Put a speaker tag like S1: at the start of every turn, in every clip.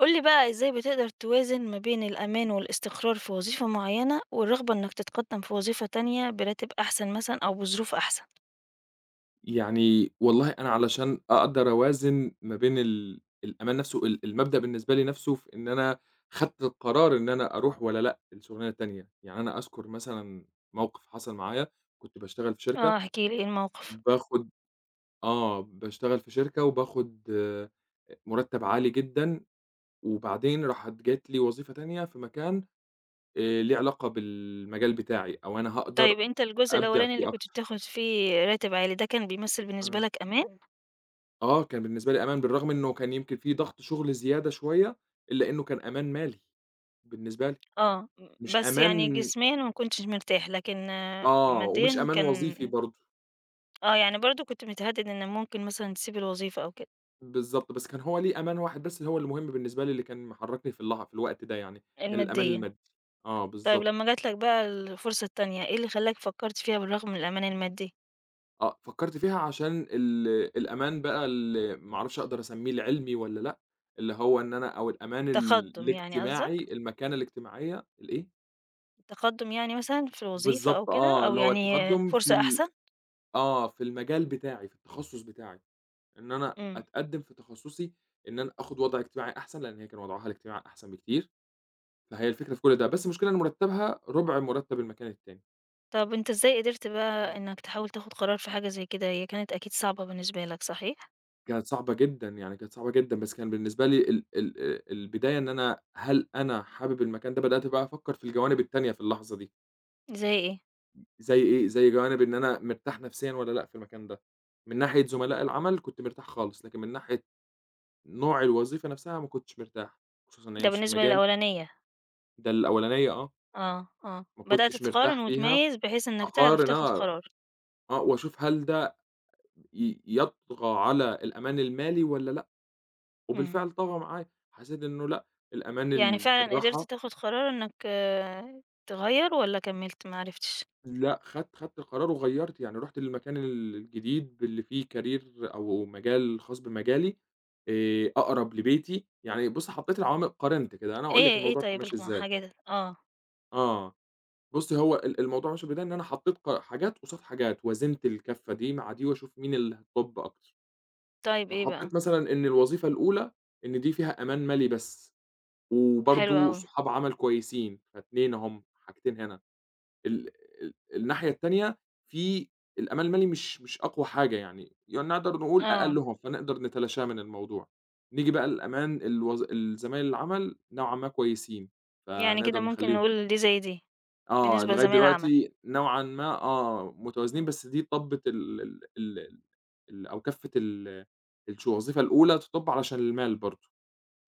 S1: قُل لي بقى إزاي بتقدر توازن ما بين الأمان والاستقرار في وظيفة معيّنة، والرغبة إنك تتقدّم في وظيفة تانية براتب أحسن مثلًا أو بظروف أحسن؟
S2: يعني والله أنا علشان أقدر أوازن ما بين الأمان نفسه المبدأ بالنسبة لي نفسه في إن أنا خدت القرار إن أنا أروح والّا لأ الشغلانة التانية. يعني أنا أذكر مثلًا موقف حصل معايا، كنت باشتغل في
S1: آه،
S2: شركة
S1: احكِ لي إيه الموقف؟
S2: باخد. آه، باشتغل في شركة وباخد مرتب عالي جدًا، وبعدين راحت جات لي وظيفة تانية في مكان ليه علاقة بالمجال بتاعي، أو أنا هاقدر
S1: طيب أنت الجزء
S2: أبدع
S1: الأولاني اللي
S2: فيه
S1: كنت
S2: أكتر.
S1: بتاخد فيه راتب عالي ده كان بيمثّل بالنسبة
S2: آه.
S1: لك أمان؟
S2: آه، كان بالنسبة لي أمان، بالرغم إنه كان يمكن في ضغط شغل زيادة شوية، إلا إنه كان أمان مالي بالنسبة لي.
S1: آه،
S2: مش
S1: بس يعني
S2: أمان.
S1: جسميًا ما كنتش مرتاح، لكن
S2: آه، ومش
S1: ماديًا
S2: أمان
S1: كان
S2: وظيفي برضه.
S1: آه، يعني برضه كنت متهدِّد إن ممكن مثلًا تسيب الوظيفة أو كده،
S2: بالضبط، بس كان هو ليه أمان واحد بس هو اللي مهم بالنسبة لي، اللي كان محركني في اللح في الوقت ده يعني، كان الأمان
S1: الماديًا.
S2: المادي. آه
S1: طيب
S2: بالضبط.
S1: لمّا جات لك بقى الفرصة التانية، إيه اللي خلّاك فكّرت فيها بالرغم من الأمان المادي؟
S2: آه، فكرت فيها عشان الأمان بقى اللي ما أعرفش أقدر أسميه العلمي والّا لأ، اللي هو إن أنا أو الأمان ال
S1: تقدُّم يعني قصدك؟
S2: الاجتماعي، المكانة الاجتماعية الإيه؟
S1: تقدُّم يعني مثلًا في الوظيفة أو
S2: بالضبط
S1: كده،
S2: آه،
S1: أو
S2: اللي هو
S1: يعني
S2: التقدم في
S1: فرصة
S2: ال
S1: أحسن؟
S2: آه، في المجال بتاعي، في التخصُّص بتاعي، إن أنا
S1: إمم.
S2: أتقدّم في تخصُّصي، إن أنا آخُد وضع اجتماعي أحسن، لإن هي كان وضعها الاجتماعي أحسن بكتير، فهي الفكرة في كل ده، بس المشكلة إن مرتّبها رُبع مرتّب المكان التاني.
S1: طَب أنت إزاي قدرت بقى
S2: إمم.
S1: إنك تحاول تاخد قرار في حاجة زي كده؟ هي كانت أكيد صعبة بالنسبة لك صحيح؟
S2: كانت صعبة جدًا، يعني كانت صعبة جدًا، بس كان بالنسبة لي ال ال البداية إن أنا هل أنا حابب المكان ده. بدأت بقى أفكّر في الجوانب التانية في اللحظة دي.
S1: زي إيه؟
S2: زي إيه؟ زي جوانب إن أنا مرتاح نفسيًا والّا لأ في المكان ده، من ناحية زملاء العمل كنت مرتاح خالص، لكن من ناحية نوع الوظيفة نفسها ما كنتش مرتاح، خصوصًا إن هي
S1: ده
S2: مش في
S1: بالنسبة
S2: مجالي.
S1: للأولانية.
S2: ده الأولانية آه،
S1: آه، آه.
S2: ما
S1: بدأت
S2: كنتش
S1: تقارن
S2: مرتاح فيها.
S1: وتميّز بحيث إنك تعرف
S2: أقارن
S1: تاخد
S2: آه.
S1: قرار.
S2: آه، وأشوف هل ده يطغى على الأمان المالي والّا لأ،
S1: إمم.
S2: وبالفعل طغى معايا، حسيت إنه لأ، الأمان
S1: يعني فعلًا قدرت
S2: الراحة.
S1: تاخد قرار إنك تغيّر والّا كمّلت ما عرفتش؟
S2: لأ، خدت القرار وغيّرت، يعني رُحت للمكان الجديد اللي فيه career، أو مجال خاص بمجالي، أقرب لبيتي. يعني بُص حطيت العوامل قارنت كده، أنا هاقول لِك
S1: إيه، إيه
S2: الموضوع كان
S1: طيب
S2: ماشي إزاي.
S1: حاجات.
S2: آه. بُصّي، هو الموضوع ماشي بإيديّا إن أنا حطّيت حاجات قصاد حاجات، وزنت الكَفّة دي مع دي وأشوف مين اللي هتطُب أكتر.
S1: طيب إيه بقى؟
S2: فحطّيت مثلًا إن الوظيفة الأولى إن دي فيها أمان مالي بس،
S1: حلو
S2: وبرضه
S1: أوي.
S2: صحاب عمل كويسين، ف2 أهم، حاجتين هنا. ال الناحية التانية في الأمان المالي مش أقوى حاجة يعني، يعني نقدر نقول
S1: آه.
S2: أقلّهم، فنقدر نتلاشاه من الموضوع. نيجي بقى للأمان الزمايل العمل نوعًا ما كويسين،
S1: يعني
S2: فنقدر
S1: كده ممكن
S2: نخلّيهم.
S1: نقول دي زي دي.
S2: آه،
S1: بالنسبة
S2: لغاية
S1: لزمايل العمل.
S2: دلوقتي نوعًا ما آه، متوازنين
S1: إمم.
S2: بس دي طَبِّت ال ال ال ال أو كَفّة ال الش الوظيفة الأولى تطُب علشان المال برضه.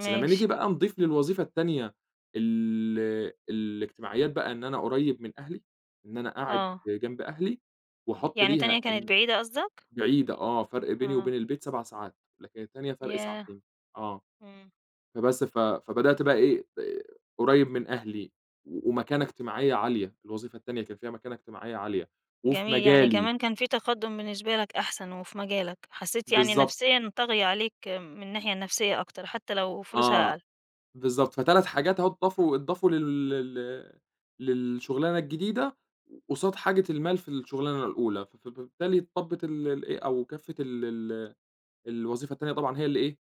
S2: بس لمّا
S1: ماشي،
S2: نيجي بقى نضيف للوظيفة التانية ال الاجتماعيات بقى إن أنا قريّب من أهلي، إن أنا قاعد
S1: آه.
S2: جنب أهلي واحُط
S1: يعني
S2: ليها
S1: تانية كانت
S2: إن
S1: بعيدة قصدك؟
S2: بعيدة آه، فرق بيني وبين
S1: آه.
S2: البيت 7 ساعات، لكن التانية فرق
S1: ياه!
S2: ساعتين. آه.
S1: إمم.
S2: فبس ف فبدأت بقى إيه، قريّب من أهلي ومكانة اجتماعية عالية، الوظيفة التانية كان فيها مكانة اجتماعية عالية، وفي
S1: جميل، يعني
S2: مجالي.
S1: كمان كان في تقدُّم بالنسبة لك أحسن وفي مجالك، حسّيت يعني
S2: بالضبط.
S1: نفسيًا طاغية عليك من الناحية النفسية أكتر حتى لو فلوسها أقل.
S2: آه، بالضبط، ف3 حاجات أهو اتضافوا لل لل للشغلانة الجديدة قصاد حاجة المال في الشغلانة الأولى، ف ف فبالتالي طَبِّت الإيه، أو كفِّت ال ال الوظيفة التانية طبعًا هي اللي إيه،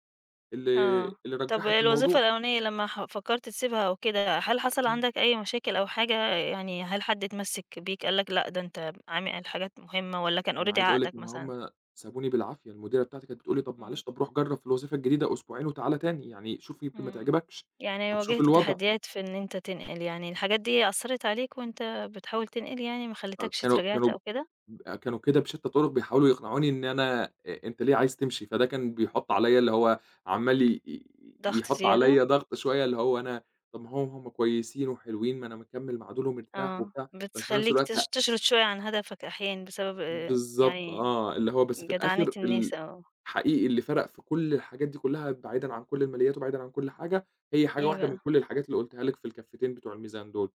S2: اللي
S1: آه.
S2: اللي
S1: طَب
S2: رجّحِت
S1: الوظيفة
S2: الموضوع.
S1: الأولانية لمّا فكّرت تسيبها أو كده، هل حصل
S2: إمم.
S1: عندك أي مشاكل أو حاجة يعني هل حد اتمسِّك بيك قال لك لأ، ده أنت عامل حاجات مهمة والّا كان
S2: أنا
S1: already
S2: عايز أقول لِك
S1: عقدك
S2: إن
S1: مثلًا؟
S2: هُم سابوني بالعافية، المديرة بتاعتي كانت بتقول لي: "طب
S1: إمم.
S2: معلش، طب روح جرّب في الوظيفة الجديدة أسبوعين وتعالَ تاني، يعني شوف يمكن ما
S1: إمم.
S2: تعجبكش،
S1: يعني
S2: طب شوف
S1: واجهت
S2: الوضع."
S1: تحديات في إن أنت تنقل، يعني الحاجات دي أثّرت عليك وأنت بتحاول تنقل يعني ما
S2: آه،
S1: خلّتكش
S2: كانوا
S1: اتراجعت
S2: كانوا
S1: أو
S2: ب
S1: كده؟
S2: كانوا كده بشتى الطرق بيحاولوا يقنعوني إن أنا أ أنت ليه عايز تمشي؟ فده كان بيحُط عليَّ اللي هو عمّال ي ي
S1: ضغط
S2: يحُط
S1: زيادة؟
S2: عليَّ ضغط شوية اللي هو أنا، طب ما هو هُم كويسين وحلوين، ما أنا مكمّل مع دول ومرتاح
S1: آه.
S2: وبتاع، بس في نفس
S1: بتخلّيك
S2: الوقت لأ.
S1: تشرد شوية عن هدفك أحيانًا بسبب
S2: بالضبط،
S1: يعني
S2: آه، اللي هو بس في
S1: جدعنة
S2: الآخر
S1: الناس أو
S2: حقيقي اللي فرق في كل الحاجات دي كلّها بعيدًا عن كل الماليات وبعيدًا عن كل حاجة، هي حاجة
S1: إيه
S2: واحدة من
S1: بقى؟
S2: كل الحاجات اللي قُلتها لِك في الكفتين بتوع الميزان دول،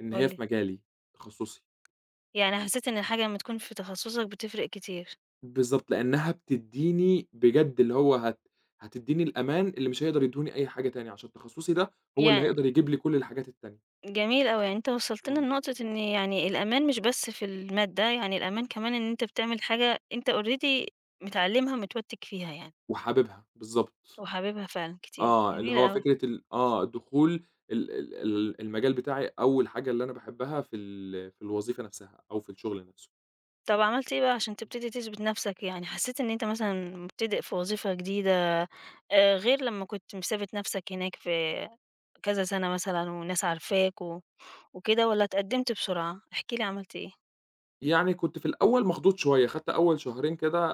S2: إن
S1: قُل
S2: هي في
S1: لي.
S2: مجالي، تخصُّصي.
S1: يعني حسّيت إن الحاجة لمّا تكون في تخصُّصك بتفرق كتير.
S2: بالضبط، لإنّها بتدّيني بجد اللي هو هتدّيني الأمان اللي مش هيقدر يدّهوني أي حاجة تاني، عشان تخصُّصي ده هو اللي
S1: يعني
S2: هيقدر يجيب لي كل الحاجات التانية.
S1: جميل أوي، يعني أنت وصّلت لنا
S2: إمم.
S1: لنقطة إن يعني الأمان مش بس في المادة، يعني الأمان كمان إن أنت بتعمل حاجة أنت already متعلّمها ومتوتِّك فيها يعني.
S2: وحاببها، بالضبط.
S1: وحاببها فعلًا كتير،
S2: آه، اللي
S1: جميل
S2: هو
S1: أوي.
S2: فكرة ال آه، دخول ال ال ال المجال بتاعي أول حاجة اللي أنا باحبها في في الوظيفة نَفْسها أو في الشغل نَفْسه.
S1: طب عملت إيه بقى عشان تبتدي تثبت نفسك؟ يعني حسيت إن أنت مثلًا مبتدئ في وظيفة جديدة غير لمّا كنت مثابت نفسك هناك في كذا سنة مثلًا والناس عارفاك و وكده والّا اتقدمت بسرعة؟ احكِ لي عملت إيه؟
S2: يعني كنت في الأول مخضوض شوية، خدت أول شهرين كده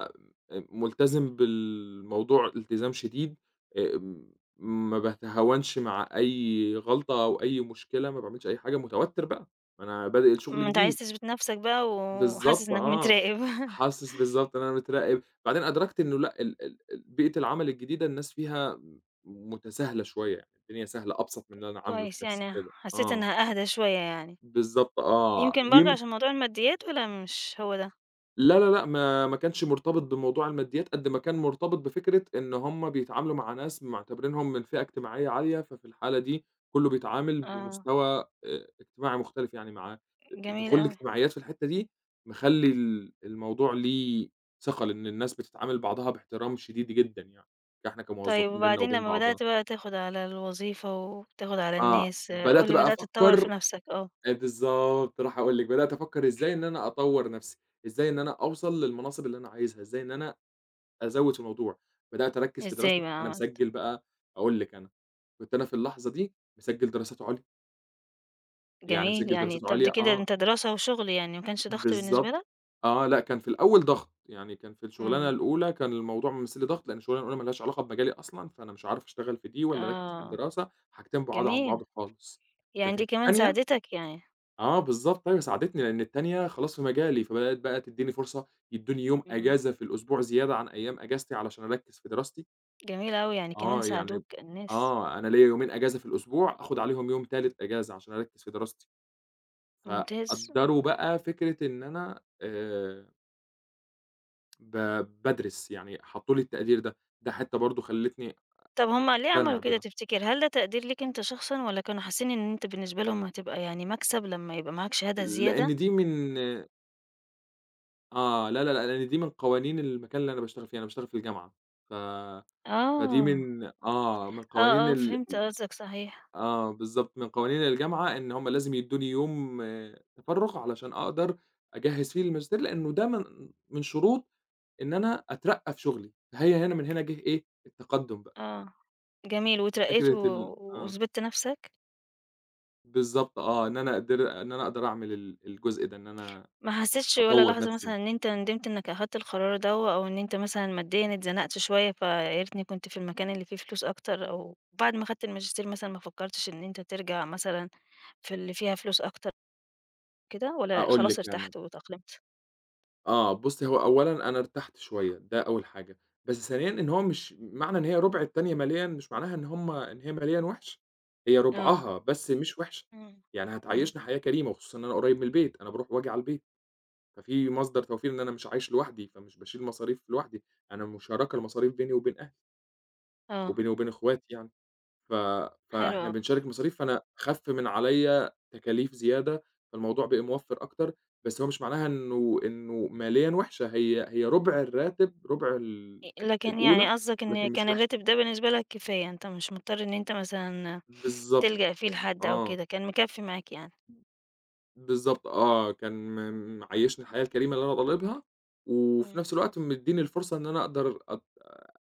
S2: آه، ملتزم بالموضوع التزام شديد، آمم، ما باتهاونش مع أي غلطة أو أي مشكلة، ما باعملش أي حاجة، متوتر بقى، ما أنا بادئ الشغل
S1: ما أنت
S2: جديد.
S1: عايز تثبت نفسك بقى وحاسس
S2: بالضبط
S1: إنك
S2: آه،
S1: متراقب
S2: حاسس بالضبط إن أنا متراقب. بعدين أدركت إنه لأ ال ال ال بيئة العمل الجديدة الناس فيها متساهلة شوية يعني، الدنيا سهلة أبسط من اللي أنا عامله في
S1: كويس
S2: نفسي
S1: يعني
S2: كده.
S1: حسيت
S2: آه،
S1: إنها أهدى شوية يعني،
S2: بالضبط آه،
S1: يمكن برضه عشان موضوع الماديات والّا مش هو ده؟
S2: لا، لا، لأ، ما كانش مرتبط بموضوع الماديات قد ما كان مرتبط بفكرة إن هم بيتعاملوا مع ناس معتبرينهم من فئة اجتماعية عالية، ففي الحالة دي كُلّه بيتعامل
S1: آه،
S2: بمستوى اجتماعي مختلف. يعني مع
S1: جميل
S2: دخول
S1: أوي.
S2: الاجتماعيات في الحتّة دي مخلّي الموضوع ليه ثقل، إن الناس بتتعامل بعضها باحترام شديد جدًا يعني، إحنا
S1: طيب
S2: كموظفين بيننا
S1: وبعدين
S2: وبين
S1: لمّا
S2: بعضها.
S1: بدأت بقى تاخد على الوظيفة وتاخد على
S2: آه،
S1: الناس، قُل
S2: بدأت
S1: لي
S2: بقى
S1: بدأت تطوّر في
S2: أفكّر
S1: نَفْسك آه،
S2: بالضبط، رايح أقول لِك. بدأت أفكّر إزاي إن أنا أطوّر نَفْسي، إزاي إن أنا أوصل للمناصب اللي أنا عايزها، إزاي إن أنا أزوّد في الموضوع. بدأت أركّز في دراستي،
S1: إزاي بقى
S2: كنت أنا
S1: عملت؟
S2: مسجّل بقى، أقول لِك أنا، كنت أنا في اللحظة دي مسجّل دراسات عُليا. يعني
S1: جميل،
S2: مسجّل
S1: يعني
S2: دراسات
S1: طَب
S2: عُليا
S1: دي كده
S2: آه،
S1: أنت دراسة وشغل يعني ما كانش ضغط بالنسبة
S2: بالضبط.
S1: لك؟
S2: آه، لأ كان في الأول ضغط، يعني كان في الشُغلانة
S1: إمم،
S2: الأولى كان الموضوع ممثّل لي ضغط، لإن الشُغلانة الأولى ما لهاش علاقة بمجالي أصلًا، فأنا مش عارف أشتغل في دي والّا أركّز في
S1: آه،
S2: الدراسة، حاجتين بُعاد عن بعض
S1: جميل،
S2: خالص.
S1: يعني
S2: لكن
S1: دي
S2: في
S1: كمان
S2: التانية
S1: ساعدتك يعني،
S2: آه بالضبط، أيوه ساعدتني، لإن التانية خلاص في مجالي، فبدأت بقى تدّيني فرصة، يدّوني يوم
S1: إمم،
S2: أجازة في الأسبوع زيادة عن أيام أجازتي علشان أركّز في دراستي.
S1: جميل أوي، يعني كمان
S2: آه، يعني
S1: ساعدوك الناس،
S2: آه، أنا ليّا يومين أجازة في الأسبوع، آخُد عليهم يوم تالت أجازة عشان أركّز في دراستي.
S1: ممتاز.
S2: فقدّروا بقى فكرة إن أنا ب بادرس، يعني حطّوا لي التقدير ده، ده حتّة برضه خلّتني
S1: طَب هُم ليه
S2: أقتنع
S1: عملوا كده
S2: بده،
S1: تفتكر؟ هل ده تقدير ليك أنت شخصًا والّا كانوا حاسين إن أنت بالنسبة لهم هتبقى يعني مكسب لمّا يبقى معاك شهادة زيادة؟
S2: لإن دي من آه، لا، لا، لأ، لإن دي من قوانين المكان اللي أنا باشتغل فيه، أنا باشتغل في الجامعة. ف فدي
S1: آه،
S2: من آه، من
S1: آه،
S2: قوانين
S1: آه، فهمت قصدك صحيح،
S2: آه، بالضبط، من قوانين الجامعة إن هُم لازم يدّوني يوم آه، تفرُّغ علشان أقدر أجهّز فيه الماجستير، لإنه ده من شروط إن أنا أترقّى في شُغلي، فهي هنا من هنا جِه إيه، التقدُّم بقى،
S1: آه. جميل، واترقيت و
S2: فكرة ال آه،
S1: وثبِتت نَفْسك؟
S2: بالضبط آه، إن أنا أقدر إن أنا أقدر أعمل الجزء ده، إن أنا
S1: ما حسّيتش ولا
S2: أطوّر
S1: لحظة
S2: نَفْسي.
S1: مثلًا إن أنت ندمت إنّك أخدت القرار دوّة أو إن أنت مثلًا ماديًا اتزنقت شوية فيا ريتني كنت في المكان اللي فيه فلوس أكتر أو بعد ما أخدت الماجستير مثلًا ما فكّرتش إن أنت ترجع مثلًا في اللي فيها فلوس أكتر كده والّا
S2: أقول لِك
S1: خلاص
S2: أنا،
S1: ارتحت واتأقلمت؟
S2: آه، بُصّي هو أولًا أنا ارتحت شوية، ده أول حاجة، بس ثانيًا إن هو مش معنى إن هي رُبع التانية ماليًا مش معناها إن هم إن هي ماليًا وِحِش، هي
S1: آه.
S2: رُبعها بس مش وِحِش.
S1: إمم.
S2: يعني
S1: إمم.
S2: هتعيّشنا حياة كريمة وخصوصًا إن أنا قريب من البيت، أنا باروح وآجي على البيت. ففي مصدر توفير إن أنا مش عايش لوحدي، فمش باشيل مصاريف لوحدي، أنا مشاركة المصاريف بيني وبين أهلي
S1: آه،
S2: وبيني وبين إخواتي يعني. ف
S1: حلو
S2: فإحنا
S1: أوي.
S2: بنشارك مصاريف، فأنا خَفّ من عليّا تكاليف زيادة، فالموضوع بقى موفّر أكتر، بس هو مش معناها إنه ماليًا وِحشة، هي رُبع الراتب، رُبع
S1: لكن
S2: الأولى،
S1: يعني قصدك إن
S2: ولكن مش
S1: كان
S2: وِحشة.
S1: الراتب ده بالنسبة لك كفاية، أنت مش مضطر إن أنت مثلًا
S2: بالضبط،
S1: تلجأ فيه لحد أو
S2: آه،
S1: كده، كان مكفّي معاك يعني.
S2: بالضبط آه، كان معيّشني الحياة الكريمة اللي أنا طالبها، وفي
S1: إمم،
S2: نفس الوقت مدّيني الفرصة إن أنا أقدر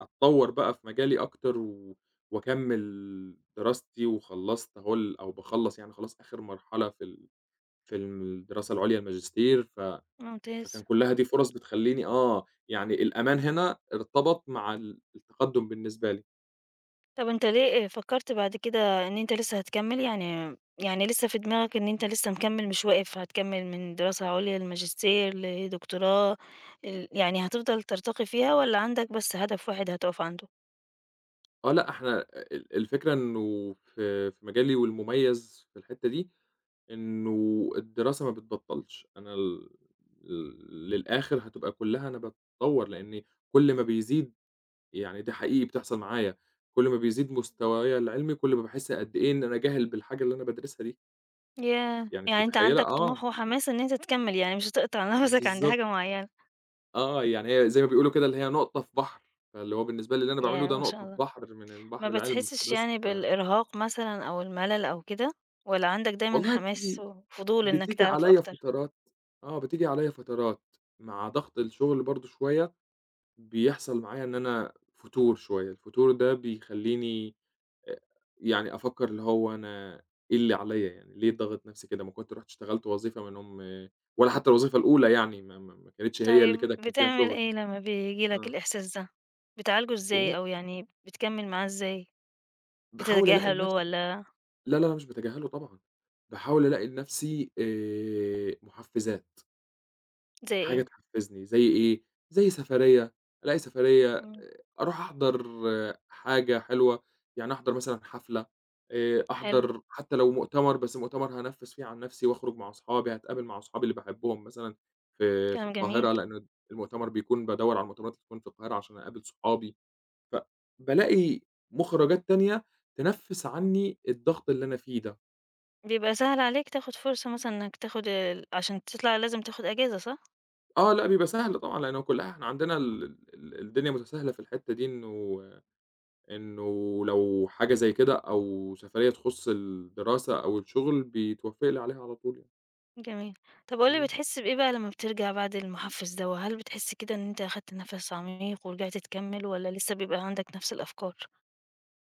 S2: أتطوّر بقى في مجالي أكتر وأكمّل دراستي، وخلّصت أهو أو باخلّص يعني خلاص آخر مرحلة في ال في الم الدراسة العُليا الماجستير.
S1: ممتاز.
S2: فكان كلّها دي فرص بتخلّيني آه، يعني الأمان هنا ارتبط مع التقدُّم بالنسبة لي.
S1: طب أنت ليه فكّرت بعد كده إن أنت لسه هتكمّل؟ يعني لسه في دماغك إن أنت لسه مكمّل مش واقف، هتكمّل من دراسة عُليا لماجستير لدكتوراه يعني هتفضل ترتقي فيها والّا عندك بس هدف واحد هتقف عنده؟
S2: آه لأ، إحنا الفكرة إنه في مجالي والمميز في الحتّة دي، إنه الدراسة ما بتبطّلش. أنا ال ل للآخِر هتبقى كلّها أنا باتطوّر، لإني كل ما بيزيد، يعني ده حقيقي بتحصل معايا، كل ما بيزيد مستوايا العلمي، كل ما باحس قد إيه إن أنا جاهل بالحاجة اللي أنا بادرسها دي.
S1: ياه!
S2: يعني أنتِ
S1: يعني أنت
S2: متخيّلة؟
S1: عندك
S2: آه،
S1: طموح وحماس إن أنت تكمّل، يعني مش هتقطع نَفَسك عند
S2: بالضبط.
S1: حاجة معيّنة،
S2: آه، يعني هي زي ما بيقولوا كده اللي هي نقطة في بحر، فاللي هو بالنسبة لي اللي أنا باعمله
S1: ياه!
S2: ده
S1: ما شاء
S2: نقطة في
S1: الله.
S2: بحر من
S1: ما
S2: البحر العلم.
S1: بتحسّش
S2: فبس
S1: يعني
S2: ف
S1: بالإرهاق مثلًا أو الملل أو كده والّا عندك دايمًا
S2: والله
S1: حماس
S2: بتيجي
S1: وفضول إنّك
S2: بتيجي
S1: تعرف
S2: عليَّ
S1: أكتر؟
S2: فترات آه، بتيجي عليَّ فترات مع ضغط الشغل برضه شوية، بيحصل معايا إن أنا فتور شوية. الفتور ده بيخلّيني آآ، يعني أفكّر اللي هو أنا إيه اللي عليَّ يعني، ليه ضاغط نفْسي كده؟ ما كنت رُحت اشتغلت وظيفة منهم، ولا حتى الوظيفة الأولى يعني ما كانتش هي
S1: طيب
S2: اللي كده، كان فيها
S1: بتعمل
S2: شغل.
S1: إيه لمّا بييجي لك
S2: آه،
S1: الإحساس ده؟ بتعالجه إزاي
S2: والله
S1: أو يعني بتكمّل معاه إزاي؟
S2: باحاول ألاقي
S1: بتتجاهله
S2: لنفْسي،
S1: والّا
S2: لا، لا، لا، مش باتجاهله طبعًا، باحاول ألاقي لنَفْسي مُحفّزات،
S1: زي
S2: حاجة
S1: إيه؟
S2: تحفّزني زي إيه، زي سفرية، ألاقي سفرية،
S1: إمم،
S2: أروح أحضر آه، حاجة حلوة، يعني أحضر مثلًا حفلة،
S1: حلو،
S2: أحضر حتى لو مؤتمر، بس مؤتمر هانفّذ فيه عن نَفْسي وأخرج مع أصحابي، هاتقابل مع أصحابي اللي باحبهم مثلًا في
S1: كلام
S2: القاهرة،
S1: جميل.
S2: لإن المؤتمر بيكون بادوّر على المؤتمرات اللي تكون في القاهرة عشان أقابل صحابي. فبالاقي مُخرجات تانية تنفّس عني الضغط اللي أنا فيه ده.
S1: بيبقى سهل عليك تاخد فرصة مثلًا إنك تاخد عشان تطلع لازم تاخد أجازة صح؟
S2: آه، لأ بيبقى سهل طبعًا، لإنه كلّها إحنا عندنا ال ال الدنيا متساهلة في الحتّة دي إنه لو حاجة زي كده أو سفرية تخُص الدراسة أو الشغل بيتوافق لي عليها على طول يعني.
S1: جميل. طب قُل لي
S2: إمم.
S1: بتحس بإيه بقى لمّا بترجع بعد المحفز دوّة؟ هل بتحس كده إن أنت أخدت نَفَس عميق ورجعت تكمّل والّا لسه بيبقى عندك نَفْس الأفكار؟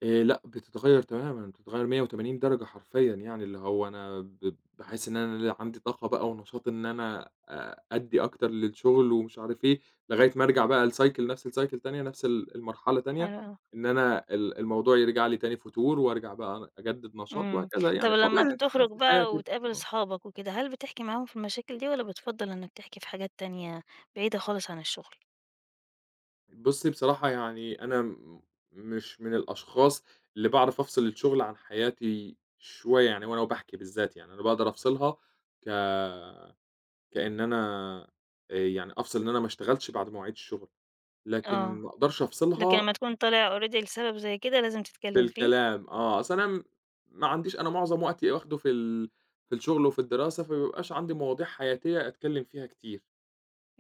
S2: لأ، بتتغيّر تمامًا، بتتغيّر 180 درجة حرفيًا يعني، اللي هو أنا باحس إن أنا لأ عندي طاقة بقى ونشاط إن أنا أ أدّي أكتر للشغل ومش عارف إيه، لغاية ما أرجع بقى لcycle نفس الcycle تانية، نفس المرحلة تانية،
S1: حلو أوي.
S2: إن أنا الموضوع يرجع لي تاني فتور وأرجع بقى أجدد نشاط
S1: إمم.
S2: وهكذا
S1: طب
S2: يعني،
S1: لمّا
S2: الطبيعي بتاع
S1: بتخرج
S2: الحياة
S1: بقى
S2: كده.
S1: وتقابل
S2: آه.
S1: أصحابك وكده، هل بتحكي معاهم في المشاكل دي والّا بتفضّل إنك تحكي في حاجات تانية بعيدة خالص عن الشغل؟
S2: بُصّي، بصراحة يعني أنا م مش من الأشخاص اللي باعرف أفصل الشغل عن حياتي شوية يعني وأنا وباحكي بالذات يعني، أنا باقدر أفصلها ك كإن أنا يعني أفصل إن أنا ما اشتغلتش بعد مواعيد الشغل، لكن
S1: آه.
S2: ما أقدرش
S1: لكن
S2: أفصلها
S1: لمّا تكون طالع already لسبب زي كده لازم
S2: في
S1: تتكلّم فيه؟
S2: الكلام آه، أصل أنا م ما عنديش أنا معظم وقتي واخده في ال في الشغل وفي الدراسة، فما بيبقاش عندي مواضيع حياتية أتكلم فيها كتير.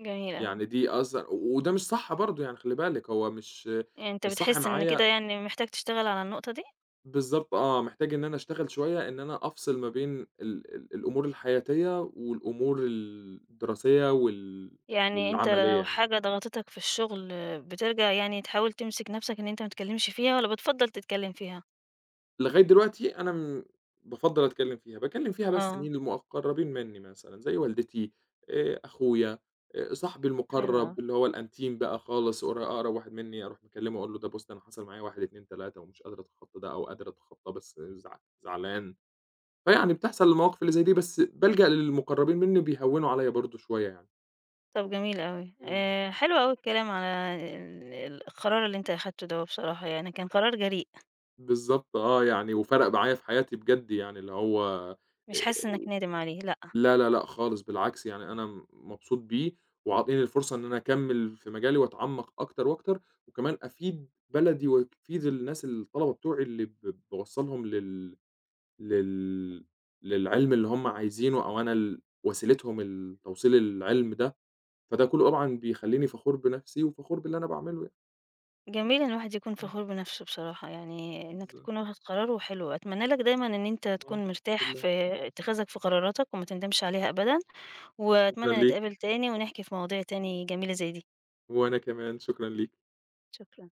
S1: جميل أوي.
S2: يعني دي أصلًا وده مش صح برضه يعني خلّي بالِك، هو
S1: يعني أنت
S2: مش صح
S1: بتحس إن
S2: معايا.
S1: كده يعني محتاج تشتغل على النقطة دي؟
S2: بالضبط آه، محتاج إن أنا أشتغل شوية إن أنا أفصل ما بين ال ال الأمور الحياتية والأمور الدراسية
S1: يعني أنت
S2: والعملية
S1: لو
S2: يعني.
S1: حاجة ضغطتك في الشغل بترجع يعني تحاول تمسك نَفْسك إن أنت ما تتكلّمش فيها والّا بتفضّل تتكلّم فيها؟
S2: لغاية دلوقتي أنا م بافضّل أتكلّم فيها، باكلّم فيها بس
S1: آه.
S2: مين المقرّبين منّي مثلًا، زي والدتي، أخويا، صاحبي
S1: حلو
S2: المقرّب
S1: أوي.
S2: اللي هو الأنتيم بقى خالص أقرب واحد منّي أروح مكلّمه أقول له ده بُص أنا حصل معايا 1، 2، 3 ومش قادر أتخطّى ده أو قادر أتخطّاه بس زعلان. فيعني بتحصل المواقف اللي زي دي، بس بالجأ للمقرّبين منّي بيهوّنوا عليّا برضه شوية يعني.
S1: طب جميل أوي.
S2: إمم.
S1: حلو أوي الكلام على ال القرار اللي أنت أخدته دوّة بصراحة، يعني كان قرار جريء،
S2: بالضبط آه، يعني وفرق معايا في حياتي بجد يعني اللي هو
S1: مش
S2: آآ
S1: حاسس إنّك نادم عليه لأ.
S2: لا، لا، لأ خالص بالعكس، يعني أنا م مبسوط بيه وعاطيني الفرصة إن أنا أكمّل في مجالي وأتعمّق أكتر وأكتر وكمان أفيد بلدي وأفيد الناس الطلبة بتوعي اللي باوصّلهم لل لل للعلم اللي هم عايزينه أو أنا وسيلتهم التوصيل العلم ده. فده كلّه طبعًا بيخلّيني فخور بنفسي وفخور باللي أنا باعمله يعني.
S1: جميل إن الواحد يكون
S2: إمم،
S1: فخور بنَفْسه بصراحة، يعني إنّك
S2: بالضبط،
S1: تكون واخد قرار وحلو. أتمنى لك دايمًا إن أنت
S2: آه، الحمد
S1: تكون مرتاح
S2: لله.
S1: في اتخاذك في قراراتك وما تندمش عليها أبدًا،
S2: شكرًا
S1: وأتمنى
S2: ليك،
S1: نتقابل تاني ونحكي في مواضيع تاني جميلة زي دي.
S2: وأنا كمان شكرًا ليك.
S1: شكرًا.